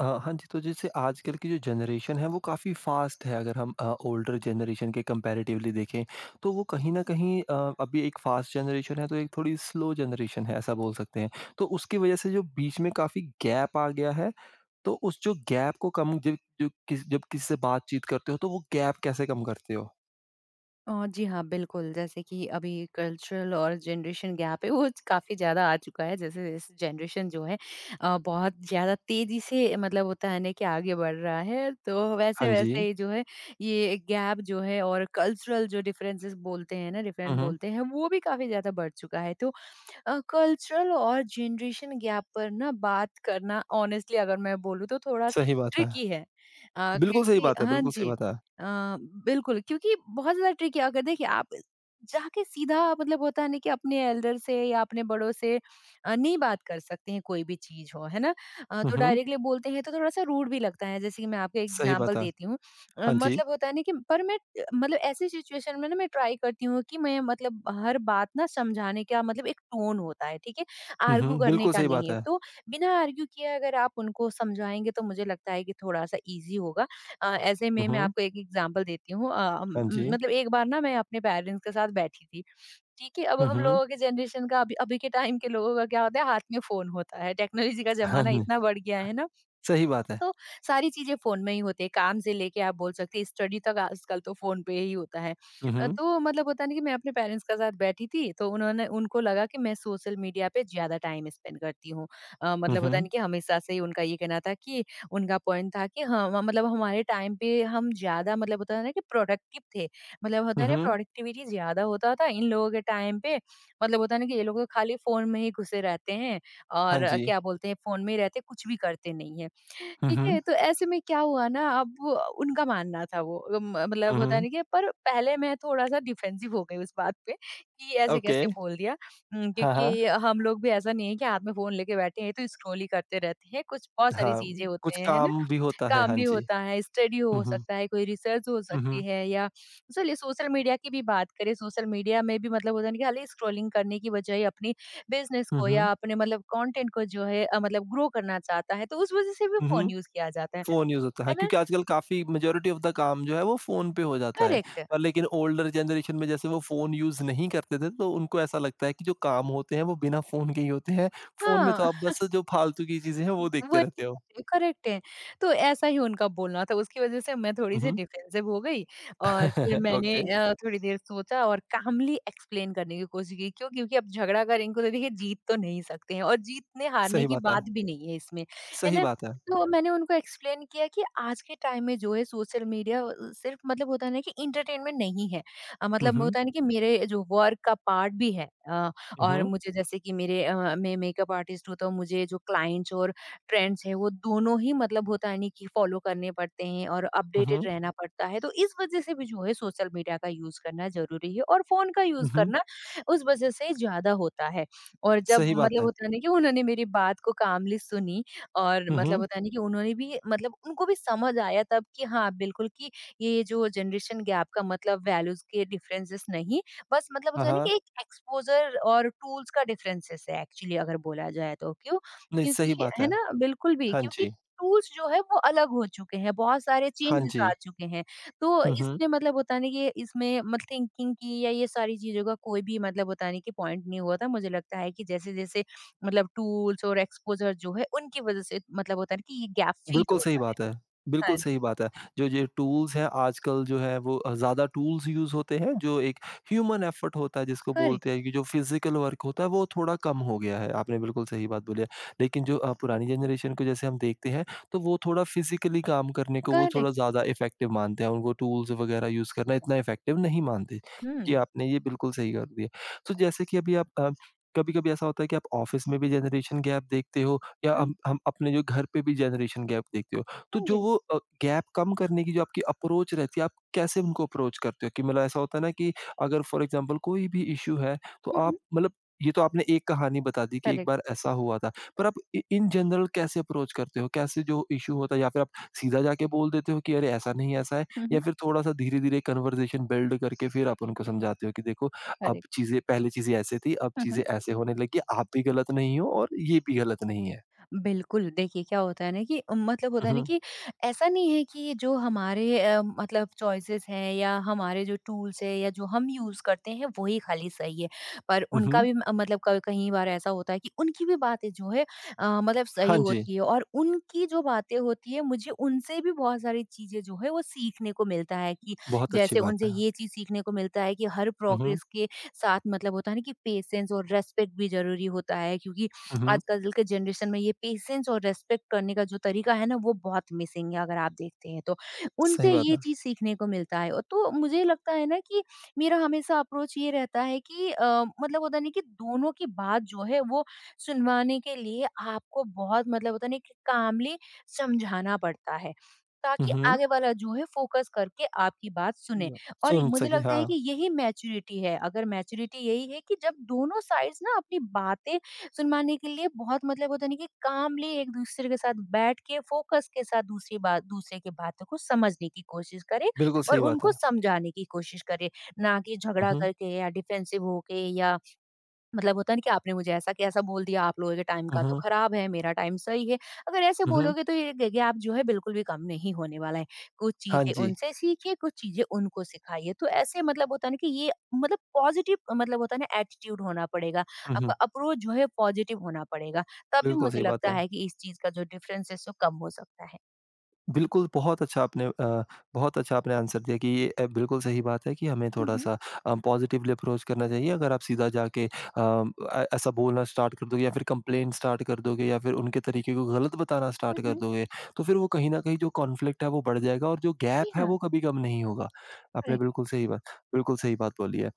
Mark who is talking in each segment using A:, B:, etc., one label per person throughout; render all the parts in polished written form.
A: हाँ जी, तो जैसे आजकल की जो जनरेशन है वो काफ़ी फ़ास्ट है अगर हम ओल्डर जनरेशन के कंपैरेटिवली देखें, तो वो कहीं न कहीं अभी एक फ़ास्ट जनरेशन है तो एक थोड़ी स्लो जनरेशन है ऐसा बोल सकते हैं। तो उसकी वज़ह से जो बीच में काफ़ी गैप आ गया है, तो उस जो गैप को कम जब जो किस जब किसी से बातचीत करते हो तो वो गैप कैसे कम करते हो?
B: जी हाँ, बिल्कुल, जैसे कि अभी कल्चरल और जनरेशन गैप है, वो काफ़ी ज़्यादा आ चुका है। जैसे इस जनरेशन जो है बहुत ज़्यादा तेज़ी से मतलब होता है ना कि आगे बढ़ रहा है, तो
A: हाँ
B: वैसे-वैसे
A: जी।
B: ही जो है, ये गैप जो है और कल्चरल जो डिफरेंसेस बोलते हैं ना,
A: हुँ,
B: डिफरेंट
A: हुँ।
B: बोलते हैं, वो भी काफ़ी ज़्यादा बढ़ चुका है। तो कल्चरल और जनरेशन गैप पर ना बात करना ऑनेस्टली अगर मैं बोलूँ तो थोड़ा-सा
A: सही बात है।
B: ट्रिकी है।
A: बिल्कुल सही
B: क्योंकि
A: बात है,
B: हाँ
A: बिल्कुल सही
B: जी।
A: बात है।
B: बिल्कुल, क्योंकि बहुत ज़्यादा ट्रिकी है। अगर देखिए आप जाके सीधा मतलब होता है ना कि अपने एल्डर से या अपने बड़ों से नहीं बात कर सकते हैं, कोई भी चीज़ हो, है ना?
A: हुँ,
B: तो
A: हुँ।
B: डायरेक्टली बोलते हैं तो थोड़ा-सा रूड भी लगता है। जैसे कि मैं आपको
A: सही
B: एग्ज़ाम्पल
A: बात है।
B: देती हूँ।
A: हाँ जी।
B: मतलब होता है ना कि पर मैं मतलब ऐसी सिचुएशन में ना मैं ट्राई करती हूँ कि मैं मतलब हर बात ना समझाने का मतलब एक टोन होता है, ठीक है?
A: हुँ,
B: आर्ग्यू
A: हुँ।
B: करने
A: बिल्कुल
B: का
A: सही
B: नहीं
A: बात
B: है।
A: है।
B: तो बिना आर्ग्यू किए अगर आप उनको समझाएँगे तो मुझे लगता है कि थोड़ा-सा ईज़ी होगा। ऐसे
A: हुँ,
B: में मैं
A: हुँ।
B: आपको एक एग्ज़ाम्पल देती हूँ।
A: हाँ जी।
B: मतलब एक बार ना मैं अपने पेरेंट्स के साथ बैठी थी, ठीक है? अब
A: हुँ,
B: हम
A: हुँ।
B: लोगों के जनरेशन का, अभी अभी के टाइम के लोगों का क्या होता है, हाथ में फ़ोन होता है, टेक्नोलॉजी का ज़माना
A: हाँ।
B: इतना बढ़ गया है ना,
A: सही बात है।
B: तो सारी चीज़ें फ़ोन में ही होती है, काम से लेके आप बोल सकते हैं स्टडी तक आजकल तो फ़ोन पे ही होता है।
A: हुँ, हुँ।
B: तो मतलब होता है ना कि मैं अपने पेरेंट्स के साथ बैठी थी, तो उन्होंने उनको लगा कि मैं सोशल मीडिया पे ज़्यादा टाइम स्पेंड करती हूँ।
A: हुँ,
B: मतलब होता है ना
A: हुँ।
B: कि हमेशा से ही उनका ये कहना था कि उनका पॉइंट था कि हाँ, म मतलब हमारे टाइम पे हम ज़्यादा मतलब होता है ना कि प्रोडक्टिव थे। मतलब होता
A: हुँ,
B: है ना
A: हुँ।
B: प्रोडक्टिविटी ज़्यादा होता था इन लोगों के टाइम पे। मतलब होता है ना कि ये लोग तो खाली फ़ोन में ही घुसे रहते हैं
A: हाँ
B: और
A: जी।
B: क्या बोलते हैं, फ़ोन में ही रहते, कुछ भी करते नहीं हैं।
A: हुँ,
B: ठीक है,
A: हुँ।
B: तो ऐसे में क्या हुआ ना, अब उनका मानना था। वो म मतलब
A: हुँ,
B: होता है
A: हुँ।
B: ना कि पर पहले मैं थोड़ा-सा डिफेंसिव हो गई उस बात पे कि ऐसे
A: ओके।
B: कैसे बोल दिया।
A: हाँ, हाँ।
B: क्योंकि हम लोग भी ऐसा नहीं है कि हाथ में फ़ोन लेके बैठे हैं, तो स्क्रॉल ही करते रहते हैं, कुछ बहुत सारी
A: हाँ,
B: चीज़ें होते
A: कुछ
B: हैं, है ना?
A: काम भी होता है,
B: काम
A: हाँ
B: भी
A: जी।
B: होता है, स्टडी हो
A: हुँ, हुँ।
B: सकता है, कोई रिसर्च हो
A: हुँ,
B: सकती
A: हुँ।
B: है, या चलिए सोशल मीडिया की भी बात करें। सोशल मीडिया में भी मतलब होता है ना कि खाली स्क्रॉलिंग करने की बजाय अपनी बिज़नेस
A: हुँ,
B: को
A: हुँ।
B: या अपने मतलब कंटेंट को जो है मतलब ग्रो करना चाहता है, तो उस वज़ह से भी
A: हुँ,
B: फ़ोन
A: हुँ।
B: यूज़ किया जाता
A: फ़ोन यूज़ होता है
B: है
A: हाँ,
B: ना?
A: क्योंकि आजकल काफ़ी मेजॉरिटी ऑफ़ द काम जो है वो फ़ोन पे हो जाता है।
B: करेक्ट।
A: पर लेकिन ओल्डर जनरेशन में जैसे वो फ़ोन यूज़ नहीं करते थे तो उनको ऐसा लगता है कि जो काम होते हैं वो बिना फ़ोन के ही होते हैं। फ़ोन में तो
B: हाँ।
A: आप बस जो फ़ालतू की चीज़ें हैं वो देखते रहते हो।
B: वही करेक्ट है। तो ऐसा ही उनका बोलना था, उसकी वज़ह से मैं
A: हुँ,
B: थोड़ी-सी
A: हुँ।
B: डिफेंसिव हो गई और फिर मैंने
A: ओके,
B: थोड़ी देर सोचा और कामली एक्सप्लेन करने की कोशिश की। क्यों? क्योंकि अब झगड़ा करेंगे तो देखिए जीत तो नहीं सकते हैं और जीतने-हारने
A: सही
B: की
A: बात है।
B: बात भी नहीं है इसमें, है
A: सही
B: ना?
A: बात है।
B: तो मैंने उनको एक्सप्लेन किया कि आज के टाइम में जो है सोशल मीडिया सिर्फ मतलब होता है ना कि एंटरटेनमेंट नहीं है।
A: हुँ,
B: मतलब
A: हुँ।
B: होता है ना कि मेरे जो वर्क का पार्ट भी है।
A: हुँ,
B: और
A: हुँ।
B: मुझे जैसे कि मेरे मैं मेकअप आर्टिस्ट हूँ तो मुझे जो क्लाइंट्स और ट्रेंड्स हैं, वो दोनों ही मतलब होता है नहीं कि फॉलो करने पड़ते हैं और
A: हुँ,
B: अपडेटेड
A: हुँ।
B: रहना पड़ता है। तो इस वजह से भी जो है सोशल मीडिया का यूज़ करना ज़रूरी है और फ़ोन का
A: हुँ,
B: यूज़
A: हुँ।
B: करना उस वजह से ज़्यादा होता है। और जब
A: सही बात
B: मतलब
A: है।
B: होता है ना कि उन्होंने मेरी बात को कामली सुनी और
A: हुँ,
B: मतलब
A: हुँ।
B: होता है ना कि उन्होंने भी मतलब उनको भी समझ आया तब कि हाँ, बिल्कुल कि ये जो जनरेशन गैप का मतलब वैल्यूज़ के डिफरेंसेस नहीं, बस मतलब
A: हाँ,
B: होता है ना
A: हाँ।
B: कि एक एक्सपोज़र और टूल्स का डिफरेंसेस है, एक्चुअली अगर बोला जाए तो। क्यों?
A: नहीं,
B: क्योंकि
A: सही बात
B: है
A: है।
B: ना? बिल्कुल भी,
A: हाँ
B: क्योंकि
A: जी।
B: टूल्स जो है वो अलग हो चुके हैं, बहुत सारे
A: हाँ
B: चेंजेस आ
A: जी।
B: चुके हैं। तो
A: हुँ, हुँ।
B: इसमें मतलब होता है ना कि इसमें मत थिंकिंग की या ये सारी चीज़ों का कोई भी मतलब होता है ना कि पॉइंट नहीं हुआ था। मुझे लगता है कि जैसे-जैसे मतलब टूल्स और एक्सपोज़र जो है उनकी वज़ह से मतलब होता है ना कि ये गैप फ़ील
A: बिल्कुल सही
B: होता है।
A: बात है। बिल्कुल
B: हाँ जी।
A: सही बात है। जो ये टूल्स हैं आजकल जो है वो ज़्यादा टूल्स यूज़ होते हैं जो एक ह्यूमन एफर्ट होता है जिसको
B: करेक्ट,
A: बोलते हैं कि जो फिज़िकल वर्क होता है वो थोड़ा कम हो गया है। आपने बिल्कुल सही बात बोली है। लेकिन जो पुरानी जनरेशन को जैसे हम देखते हैं तो वो थोड़ा फिज़िकली काम करने को वो थोड़ा
B: करेक्ट।
A: ज़्यादा इफ़ेक्टिव मानते हैं। उनको टूल्स वगैरह यूज़ करना इतना इफ़ेक्टिव नहीं मानते। जी,
B: हुँ,
A: आपने ये बिल्कुल सही कर दिया। तो जैसे कि अभी आप कभी-कभी ऐसा होता है कि आप ऑफ़िस में भी जनरेशन गैप देखते हो या
B: हुँ।
A: हम अपने जो घर पे भी जनरेशन गैप देखते हो, तो
B: हाँ
A: जो
B: जी।
A: वो गैप कम करने की जो आपकी अप्रोच रहती है, आप कैसे उनको अप्रोच करते हो? कि मतलब ऐसा होता है ना कि अगर फॉर एग्ज़ाम्पल कोई भी इश्यू है, तो
B: हुँ,
A: आप
B: हुँ।
A: मतलब ये तो आपने एक कहानी बता दी कि एक
B: करेक्ट।
A: बार ऐसा हुआ था, पर आप इ इन जनरल कैसे अप्रोच करते हो? कैसे जो इश्यू होता है या फिर आप सीधा जाके बोल देते हो कि अरे ऐसा नहीं, ऐसा है?
B: हुँ,
A: या
B: हुँ।
A: फिर थोड़ा-सा धीरे-धीरे कन्वर्सेशन बिल्ड करके फिर आप उनको समझाते हो कि देखो अब
B: करेक्ट।
A: चीज़ें पहले चीज़ें ऐसे थी, अब
B: हुँ, हुँ।
A: चीज़ें ऐसे होने लगी, आप भी गलत नहीं हो और ये भी गलत नहीं है?
B: बिल्कुल, देखिए क्या होता है ना कि मतलब होता
A: हुँ,
B: है ना
A: हुँ।
B: कि ऐसा नहीं है कि जो हमारे मतलब चॉइसेस हैं या हमारे जो टूल्स हैं या जो हम यूज़ करते हैं वही खाली सही है। पर
A: हुँ,
B: उनका
A: हुँ।
B: भी म मतलब क कई बार ऐसा होता है कि उनकी भी बातें जो है मतलब सही
A: हाँ जी,
B: होती है और उनकी जो बातें होती है, मुझे उनसे भी बहुत सारी चीज़ें जो है वो सीखने को मिलता है कि
A: बहुत अच्छी
B: जैसे
A: बात
B: उनसे
A: है।
B: ये चीज़ सीखने को मिलता है कि हर
A: हुँ, हुँ।
B: प्रोग्रेस के साथ मतलब होता है ना कि पेशेंस और रिस्पेक्ट भी ज़रूरी होता है, क्योंकि
A: हुँ, हुँ।
B: आजकल के जनरेशन में ये पेशेंस और रेस्पेक्ट करने का जो तरीका है ना, वो बहुत मिसिंग है अगर आप देखते हैं तो।
A: सही
B: उनसे
A: बात
B: ये
A: है।
B: चीज़ सीखने को मिलता है। और तो मुझे लगता है ना कि मेरा हमेशा अप्रोच ये रहता है कि मतलब होता नहीं कि दोनों की बात जो है वो सुनवाने के लिए आपको बहुत मतलब होता नहीं कि कामली समझाना पड़ता है,
A: हुँ,
B: ताकि
A: हुँ।
B: आगे वाला जो है फ़ोकस करके आपकी बात सुने।
A: ना
B: और
A: सुन
B: मुझे
A: सके
B: लगता है
A: हाँ,
B: कि यही मैच्योरिटी है, अगर मैच्योरिटी यही है कि जब दोनों साइड्स ना अपनी बातें सुनवाने के लिए बहुत मतलब होता नहीं कि कामली एक दूसरे के साथ बैठ के फोकस के साथ दूसरी बात, दूसरे की बातों को समझने की कोशिश करे
A: बिल्कुल
B: और
A: सही बात
B: उनको
A: है।
B: समझाने की कोशिश करे, ना कि
A: हुँ,
B: झगड़ा
A: हुँ।
B: करके या डिफेंसिव होके या मतलब होता है ना कि आपने मुझे ऐसा बोल दिया, आप लोगों के टाइम
A: हुँ,
B: का तो
A: हुँ।
B: खराब है, मेरा टाइम सही है। अगर ऐसे
A: हुँ, हुँ।
B: बोलोगे तो ये ग गैप जो है बिल्कुल भी कम नहीं होने वाला है। कुछ
A: हाँ
B: चीज़ें
A: जी।
B: उनसे सीखिए, कुछ चीज़ें उनको सिखाइए। तो ऐसे मतलब होता है ना कि ये मतलब पॉज़िटिव मतलब होता है ना एटीट्यूड होना पड़ेगा।
A: हुँ,
B: आपका
A: हुँ।
B: अप्रोच जो है पॉज़िटिव होना पड़ेगा। तभी
A: बिल्कुल
B: मुझे
A: सही बात
B: लगता
A: है।
B: है कि इस चीज़ का जो डिफरेंस है सो कम हो सकता है।
A: बिल्कुल, बहुत अच्छा आपने बहुत अच्छा आपने आंसर दिया कि ये बिल्कुल सही बात है कि हमें
B: हुँ, हुँ।
A: थोड़ा-सा पॉज़िटिवली अप्रोच करना चाहिए। अगर आप सीधा जाके ऐ ऐसा बोलना स्टार्ट कर दोगे या फिर कंप्लेंट स्टार्ट कर दोगे या फिर उनके तरीके को गलत बताना स्टार्ट
B: हुँ,
A: कर
B: हुँ।
A: दोगे, तो फिर वो कहीं न कहीं जो कॉन्फ्लिक्ट है वो बढ़ जाएगा और जो
B: जी
A: गैप है
B: हाँ,
A: वो कभी कम नहीं होगा। आपने
B: करेक्ट।
A: बिल्कुल सही बात बोली है।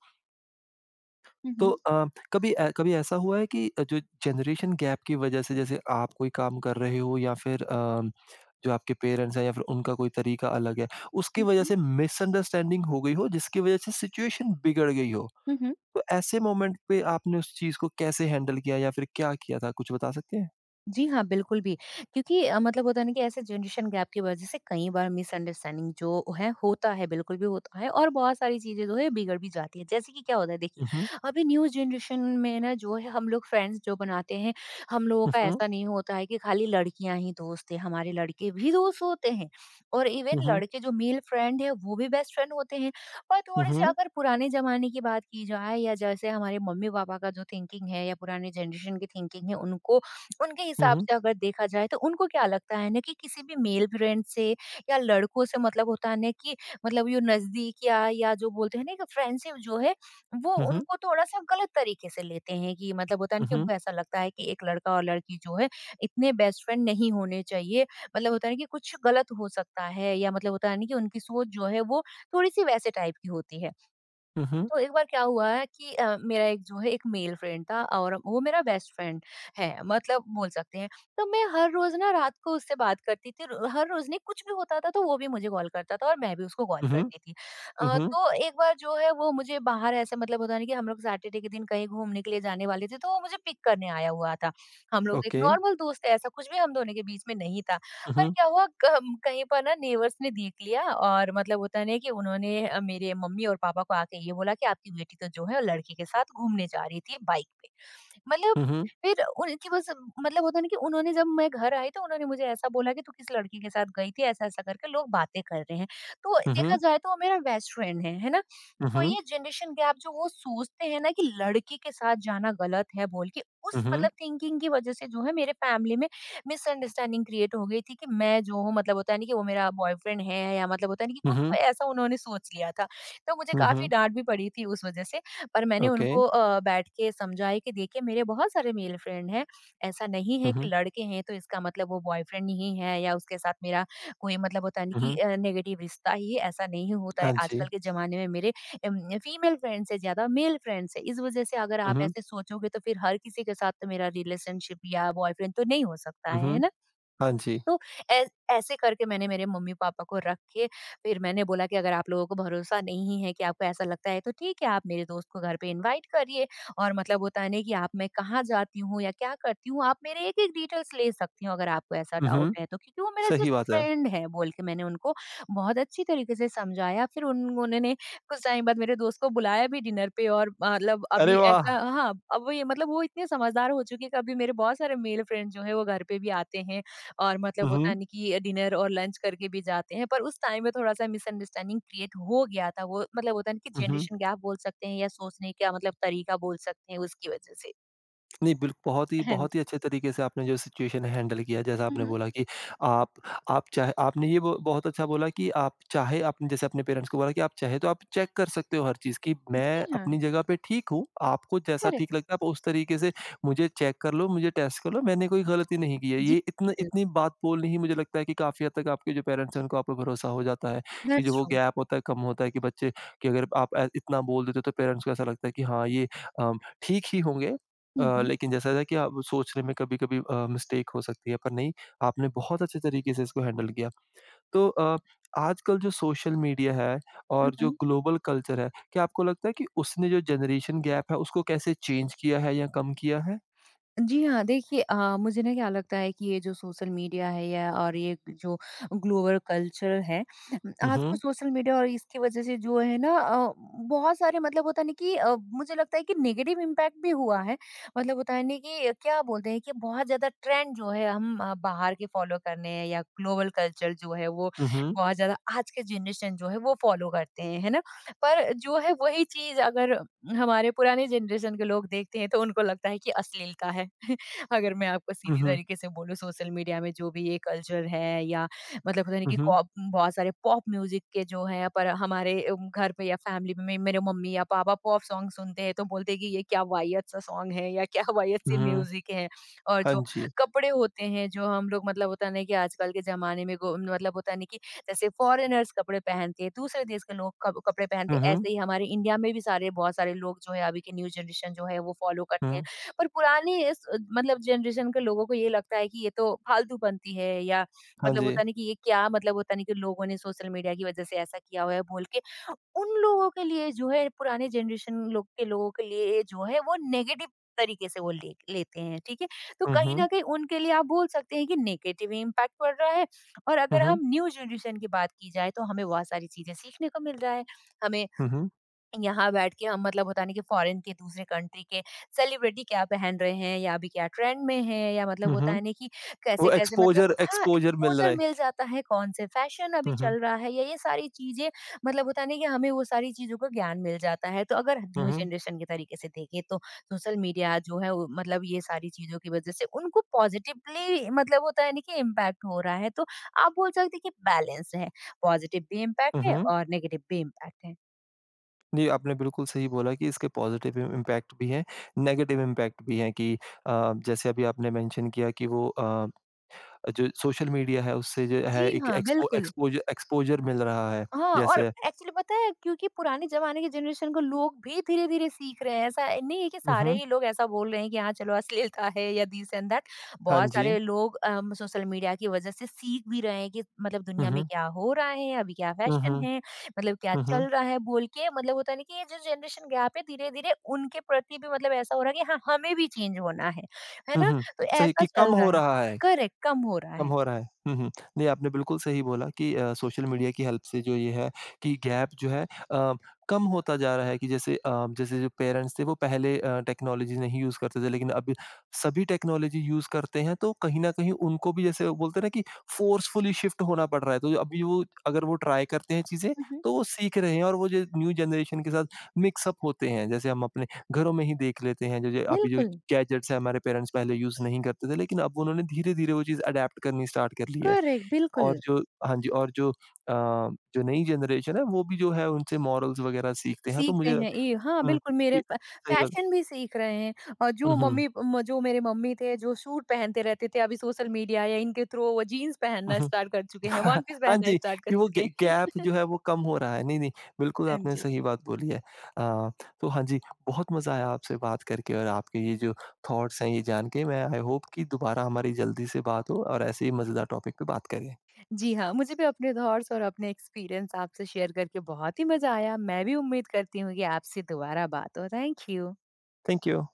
B: हुँ,
A: तो
B: हुँ।
A: कभी ऐसा हुआ है कि जो जनरेशन गैप की वजह से जैसे आप कोई काम कर रहे हो या फिर जो आपके पेरेंट्स हैं या फिर उनका कोई तरीका अलग है, उसकी
B: हुँ,
A: वजह
B: हुँ।
A: से मिसअंडरस्टैंडिंग हो गई हो जिसकी वजह से सिचुएशन बिगड़ गई हो।
B: हुँ, हुँ।
A: तो ऐसे मोमेंट पे आपने उस चीज़ को कैसे हैंडल किया या फिर क्या किया था? कुछ बता सकते हैं?
B: जी हाँ, बिल्कुल भी। क्योंकि मतलब होता है ना कि ऐसे जनरेशन गैप की वजह से कई बार मिसअंडरस्टैंडिंग जो है होता है, बिल्कुल भी होता है और बहुत सारी चीज़ें जो है बिगड़ भी जाती हैं। जैसे कि क्या होता है देखिए,
A: हुँ, हुँ।
B: अभी न्यू जनरेशन में ना जो है हम लोग फ्रेंड्स जो बनाते हैं, हम लोगों
A: हुँ,
B: का
A: हुँ।
B: ऐसा नहीं होता है कि खाली लड़कियाँ ही दोस्त हैं, हमारे लड़के भी दोस्त होते हैं और
A: हुँ,
B: इवन
A: हुँ।
B: लड़के जो मेल फ्रेंड हैं वो भी बेस्ट फ्रेंड होते हैं। पर थोड़े-से
A: हुँ,
B: अगर पुराने ज़माने की बात की जाए या जैसे हमारे मम्मी-पापा का जो थिंकिंग है या पुराने जनरेशन की थिंकिंग है, उनको उनके हिसाब
A: हुँ।
B: से अगर देखा जाए तो उनको क्या लगता है ना कि किसी भी मेल फ्रेंड से या लड़कों से मतलब होता है ना कि मतलब ये नजदीक या जो बोलते हैं ना कि फ्रेंडशिप जो है, वो
A: हुँ, हुँ।
B: उनको थोड़ा सा गलत तरीके से लेते हैं कि मतलब होता है ना
A: हुँ,
B: कि
A: हुँ।
B: उनको ऐसा लगता है कि एक लड़का और लड़की जो है इतने बेस्ट फ्रेंड नहीं होने चाहिए, मतलब होता है ना कि कुछ गलत हो सकता है, या मतलब होता है ना कि उनकी सोच जो है वो थोड़ी सी वैसे टाइप की होती है।
A: हुँ, हुँ।
B: तो एक बार क्या हुआ है कि मेरा एक जो है एक मेल फ्रेंड था और वो मेरा बेस्ट फ्रेंड है मतलब बोल सकते हैं। तो मैं हर रोज़ ना रात को उससे बात करती थी, र हर रोज़ नहीं, कुछ भी होता था तो वो भी मुझे कॉल करता था और मैं भी उसको कॉल
A: हुँ, हुँ।
B: करती थी।
A: हुँ, हुँ। हुँ, हुँ।
B: तो एक बार जो है वो मुझे बाहर ऐसे मतलब होता है ना कि हम लोग सैटरडे के दिन कहीं घूमने के लिए जाने वाले थे, तो वो मुझे पिक करने आया हुआ था। हम लोग एक
A: ओके।
B: नॉर्मल दोस्त है, ऐसा कुछ भी हम दोनों के बीच में नहीं था।
A: हुँ,
B: पर
A: हुँ।
B: क्या हुआ, कम कहीं पर ना नेबर्स ने देख लिया और मतलब होता है ना कि उन्होंने मेरे मम्मी और पापा को आके ये बोला कि आपकी बेटी तो जो है लड़के के साथ घूमने जा रही थी बाइक पे। मतलब
A: हुँ, हुँ।
B: फिर उनकी बस मतलब होता है ना कि उन्होंने, जब मैं घर आई तो उन्होंने मुझे ऐसा बोला कि तू किस लड़की के साथ गई थी, ऐसा-ऐसा करके लोग बातें कर रहे हैं। तो
A: हुँ,
B: देखा
A: हुँ।
B: जाए तो वो मेरा बेस्ट फ्रेंड है ना?
A: हुँ,
B: तो
A: हुँ।
B: ये जनरेशन गैप जो वो सोचते हैं ना कि लड़की के साथ जाना गलत है बोल के,
A: हुँ,
B: उस मतलब
A: हुँ।
B: थिंकिंग की वजह से जो है, मेरे फैमिली में मिसअंडरस्टैंडिंग क्रिएट हो गई थी कि मैं जो हूँ, मतलब होता है नहीं कि वो मेरा बॉयफ्रेंड है, या मतलब होता है नहीं कि
A: हुँ,
B: कुछ, तो
A: हुँ।
B: ऐसा उन्होंने सोच लिया था। तो मुझे
A: हुँ,
B: काफ़ी
A: हुँ।
B: डाँट भी पड़ी थी उस वज़ह से, पर मैंने
A: ओके।
B: उनको बैठ के समझाया कि देखिए, मेरे बहुत सारे मेल फ्रेंड हैं, ऐसा नहीं है
A: हुँ,
B: कि
A: हुँ।
B: लड़के हैं तो इसका मतलब वो बॉयफ्रेंड ही है, या उसके साथ मेरा कोई मतलब होता है नहीं
A: हुँ,
B: कि
A: हुँ।
B: नेगेटिव रिश्ता ही है, ऐसा नहीं होता है।
A: हाँ जी।
B: आजकल के ज़माने में मेरे फीमेल फ्रेंड्स से ज्यादा मेल फ्रेंड्स है, इस वजह से अगर
A: हुँ,
B: आप
A: हुँ।
B: ऐसे सोचोगे तो फिर हर किसी के साथ तो मेरा रिलेशनशिप या बॉयफ्रेंड तो नहीं हो सकता है
A: हुँ,
B: है
A: हुँ।
B: ना?
A: हाँ जी।
B: तो ऐसे करके मैंने मेरे मम्मी पापा को रख के फिर मैंने बोला कि अगर आप लोगों को भरोसा नहीं है, कि आपको ऐसा लगता है तो ठीक है, आप मेरे दोस्त को घर पे इनवाइट करिए, और मतलब होता है ना कि आप, मैं कहाँ जाती हूँ या क्या करती हूँ, आप मेरे एक एक डिटेल्स ले सकती हूँ, अगर आपको ऐसा
A: हुँ,
B: डाउट
A: हुँ।
B: है तो। क्योंकि वो मेरा
A: सही
B: जस्ट
A: बात है।
B: फ्रेंड है बोल के मैंने उनको बहुत अच्छी तरीके से समझाया। फिर उन्होंने कुछ टाइम बाद मेरे दोस्त को बुलाया भी डिनर पे, और मतलब
A: अरे
B: अभी ऐसा,
A: वाह!
B: हाँ। अब वो ये मतलब वो इतने समझदार हो चुके हैं कि अभी मेरे बहुत सारे मेल फ्रेंड जो है वो घर पे भी आते हैं, और मतलब
A: हुँ,
B: होता
A: हुँ।
B: नहीं कि डिनर और लंच करके भी जाते हैं, पर उस टाइम में थोड़ा-सा मिसअंडरस्टैंडिंग क्रिएट हो गया था। वो मतलब होता है ना कि
A: हुँ, हुँ।
B: जनरेशन गैप बोल सकते हैं या सोचने का मतलब तरीका बोल सकते हैं, उसकी वजह से।
A: नहीं, बिल्क
B: हाँ
A: बहुत
B: जी।
A: ही अच्छे तरीके से आपने जो सिचुएशन है हैंडल किया, जैसा
B: हुँ,
A: आपने
B: हुँ।
A: बोला कि आप आप चाहे आपने ये ब बहुत अच्छा बोला कि आप चाहे आपने जैसे अपने पेरेंट्स को बोला कि आप चाहे तो आप चेक कर सकते हो हर चीज़ कि मैं
B: जी हाँ,
A: अपनी जगह पे ठीक हूँ, आपको जैसा
B: करेक्ट।
A: ठीक लगता है आप उस तरीके से मुझे चेक कर लो, मुझे टेस्ट कर लो, मैंने कोई गलती नहीं की है।
B: जी,
A: ये इतना
B: बिल्कुल।
A: इतनी बात बोलनी ही मुझे लगता है कि काफ़ी हद तक आपके जो पेरेंट्स हैं उनको आप पे भरोसा हो जाता है, कि
B: दैट्स
A: जो वो
B: ट्रू।
A: गैप होता है कम होता है कि बच्चे कि अगर आप इतना बोल देते हो तो पेरेंट्स को ऐसा लगता है कि हाँ, ये अ, ठीक ही होंगे
B: हुँ, हुँ।
A: लेकिन जैसा था कि आप सोचने में कभी-कभी मिस्टेक हो सकती है, पर नहीं, आपने बहुत अच्छे तरीके से इसको हैंडल किया। तो आजकल जो सोशल मीडिया है
B: हुँ,
A: और जो
B: हुँ।
A: ग्लोबल कल्चर है, क्या आपको लगता है कि उसने जो जनरेशन गैप है, उसको कैसे चेंज किया है या कम किया है?
B: जी हाँ, देखिए मुझे ना क्या लगता है कि ये जो सोशल मीडिया है, या और ये जो ग्लोबल कल्चर है,
A: हुँ,
B: आजकल
A: हुँ।
B: सोशल मीडिया और इसकी वज़ह से जो है ना, बहुत सारे मतलब होता है ना कि, मुझे लगता है कि नेगेटिव इम्पैक्ट भी हुआ है। मतलब होता है ना कि क्या बोलते हैं कि बहुत ज़्यादा ट्रेंड जो है हम बाहर के फ़ॉलो करने हैं, या ग्लोबल कल्चर जो है वो
A: हुँ, हुँ।
B: बहुत ज़्यादा आज के जनरेशन जो है वो फ़ॉलो करते हैं, है ना? पर जो है, वही चीज़ अगर हमारे पुराने जनरेशन के लोग देखते हैं, तो उनको लगता है कि अश्लीलता है। अगर मैं आपको
A: हुँ,
B: सीधी
A: हुँ।
B: तरीके से बोलूँ, सोशल मीडिया में जो भी ये कल्चर है, या मतलब पता नहीं
A: हुँ,
B: कि
A: हुँ।
B: कॉप बहुत सारे पॉप म्यूज़िक के जो है, पर हमारे घर पे या फैमिली में मेरे मम्मी या पापा पॉप सॉन्ग सुनते हैं तो बोलते हैं कि ये क्या वाहियत सा सॉन्ग है, या क्या वाहियत सी
A: हुँ,
B: म्यूज़िक है। और
A: हाँ
B: जो
A: जी।
B: कपड़े होते हैं जो हम लोग, मतलब होता नहीं कि आजकल के ज़माने में गो मतलब होता नहीं, जैसे फॉरेनर्स कपड़े पहनते हैं, दूसरे देश के लोग कप कपड़े पहनते
A: हुँ,
B: हैं,
A: हुँ।
B: ऐसे ही हमारे इंडिया में भी सारे बहुत सारे लोग जो है, अभी के न्यू जनरेशन जो है वो फॉलो
A: हुँ,
B: करते हैं। पर पुराने इस मतलब जनरेशन के लोगों को ये लगता है कि ये तो फालतू बनती है, या
A: हाँ
B: मतलब
A: जी।
B: होता नहीं कि ये क्या, मतलब होता नहीं कि लोगों ने सोशल मीडिया की वजह से ऐसा किया हुआ है बोल के। उन लोगों के लिए जो है, पुराने जनरेशन लोग के लोगों के लिए जो है, वो नेगेटिव तरीके से वो ले लेते हैं, ठीक है? तो
A: हुँ,
B: कहीं न
A: हुँ।
B: कहीं उनके लिए आप बोल सकते हैं कि नेगेटिव इम्पैक्ट पड़ रहा है। और
A: हुँ,
B: अगर हम
A: हुँ।
B: न्यू जनरेशन की बात की जाए, तो हमें बहुत सारी चीज़ें सीखने को मिल रहा है। हमें,
A: हुँ, हुँ।
B: यहाँ बैठ के हम मतलब होता नहीं कि फॉरेन के दूसरे कंट्री के सेलिब्रिटी क्या पहन रहे हैं, या अभी क्या ट्रेंड में है, या मतलब
A: हुँ,
B: होता है
A: हुँ।
B: ना कि
A: वो
B: कैसे-कैसे मतलब,
A: एक्सपोज़र
B: हाँ,
A: एक्सपोज़र मिल रहा
B: एक्सपोज़र
A: है।
B: मिल जाता है, कौन से फैशन अभी
A: हुँ, हुँ।
B: चल रहा है, या ये सारी चीज़ें, मतलब होता नहीं कि हमें वो सारी चीज़ों का ज्ञान मिल जाता है। तो अगर
A: हुँ,
B: न्यू
A: हुँ।
B: जनरेशन के तरीके से देखें, तो सोशल मीडिया जो है, वो मतलब ये सारी चीज़ों की वज़ह से उनको पॉज़िटिवली मतलब होता है ना कि इम्पैक्ट हो रहा है। तो आप बोल सकते हैं कि बैलेंस है, पॉज़िटिव भी
A: हुँ,
B: इम्पैक्ट है
A: हुँ।
B: और नेगेटिव भी इम्पैक्ट है।
A: जी, आपने बिल्कुल सही बोला कि इसके पॉज़िटिव इम इम्पैक्ट भी हैं, नेगेटिव इम्पैक्ट भी हैं कि जैसे अभी आपने मेंशन किया कि वो जो सोशल मीडिया है उससे जो है
B: जी
A: एक
B: हाँ, बिल्कुल।
A: एक्सपोज़र मिल रहा है।
B: हाँ, और
A: जैसे
B: एक्चुअली, पता है क्योंकि पुराने ज़माने की जनरेशन को लोग भी धीरे-धीरे सीख रहे हैं। ऐसा नहीं है कि
A: हुँ,
B: सारे
A: हुँ।
B: ही लोग ऐसा बोल रहे हैं कि हाँ, चलो अश्लीलता है, या दिस एंड दैट।
A: हाँ
B: बहुत
A: जी।
B: सारे लोग सोशल मीडिया की वज़ह से सीख भी रहे हैं कि मतलब
A: हुँ,
B: दुनिया में
A: हुँ।
B: क्या हो रहा है, अभी क्या
A: हुँ,
B: फैशन
A: हुँ।
B: है, मतलब क्या
A: हुँ,
B: चल
A: हुँ।
B: रहा है बोल के, मतलब होता है ना कि ये जो जनरेशन गैप है, धीरे-धीरे उनके प्रति भी मतलब ऐसा हो रहा है कि हाँ, हमें भी चेंज होना है। है
A: हुँ,
B: ना?
A: हुँ।
B: तो
A: सही
B: ऐसा
A: कि
B: चल
A: कम
B: रहा
A: हो
B: है।
A: रहा है।
B: करेक्ट, कम हो रहा
A: कम
B: है।
A: हो रहा है। हुँ, हुँ। नहीं, आपने बिल्कुल सही बोला कि सोशल मीडिया की हेल्प से जो ये है कि गैप जो है अ, कम होता जा रहा है कि जैसे जैसे जो पेरेंट्स थे वो पहले टेक्नोलॉजी नहीं यूज़ करते थे लेकिन अब सभी टेक्नोलॉजी यूज़ करते हैं तो कहीं न कहीं उनको भी जैसे वो बोलते हैं ना कि फ़ोर्सफुली शिफ्ट होना पड़ रहा है। तो अभी वो अगर वो ट्राई करते हैं चीज़ें
B: हुँ, हुँ।
A: तो वो सीख रहे हैं और वो जो न्यू जनरेशन के साथ मिक्स अप होते हैं। जैसे हम अपने घरों में ही देख लेते हैं जो जो अभी जो
B: बिल्कुल।
A: गैजेट्स हैं, हमारे पेरेंट्स पहले यूज़ नहीं करते थे, लेकिन अब उन्होंने धीरे-धीरे वो चीज़ अडैप्ट करनी स्टार्ट कर ली है।
B: करेक्ट, बिल्कुल।
A: और जो हाँ जी, और जो जो नई जनरेशन है, वो भी जो है उनसे मॉरल्स वगैरह सीखते हैं। तो
B: सीख
A: मुझे
B: रहे हैं, ये। हाँ,
A: हुँ,
B: बिल्कुल, मेरे
A: कि
B: फ
A: सही बात
B: फैशन भी सीख रहे हैं, और
A: हुँ, हुँ।
B: जो मेरे मम्मी थे, जो सूट पहनते रहते थे, अभी सोशल मीडिया या इनके थ्रू, वो जीन्स
A: हुँ,
B: पहनना
A: हुँ।
B: स्टार्ट कर चुके हैं, वन पीस
A: हाँ
B: पहनना
A: जी,
B: स्टार्ट कर
A: कि वो
B: चुके
A: ग
B: हैं।
A: गैप जो है वो कम हो रहा है। नहीं, नहीं, बिल्कुल
B: हाँ
A: आपने
B: जी।
A: सही बात बोली है। अ, तो हाँ जी, बहुत मज़ा आया आपसे बात करके और आपके ये जो थॉट्स हैं, ये जान के मैं आई होप कि दोबारा हमारी जल्दी से बात हो और ऐसे ही मज़ेदार टॉपिक पे बात करें।
B: जी हाँ, मुझे भी अपने थॉट्स और अपने एक्सपीरियंस आपसे शेयर करके बहुत ही मज़ा आया। मैं भी उम्मीद करती हूँ कि आपसे दोबारा बात हो। Thank you.
A: Thank you.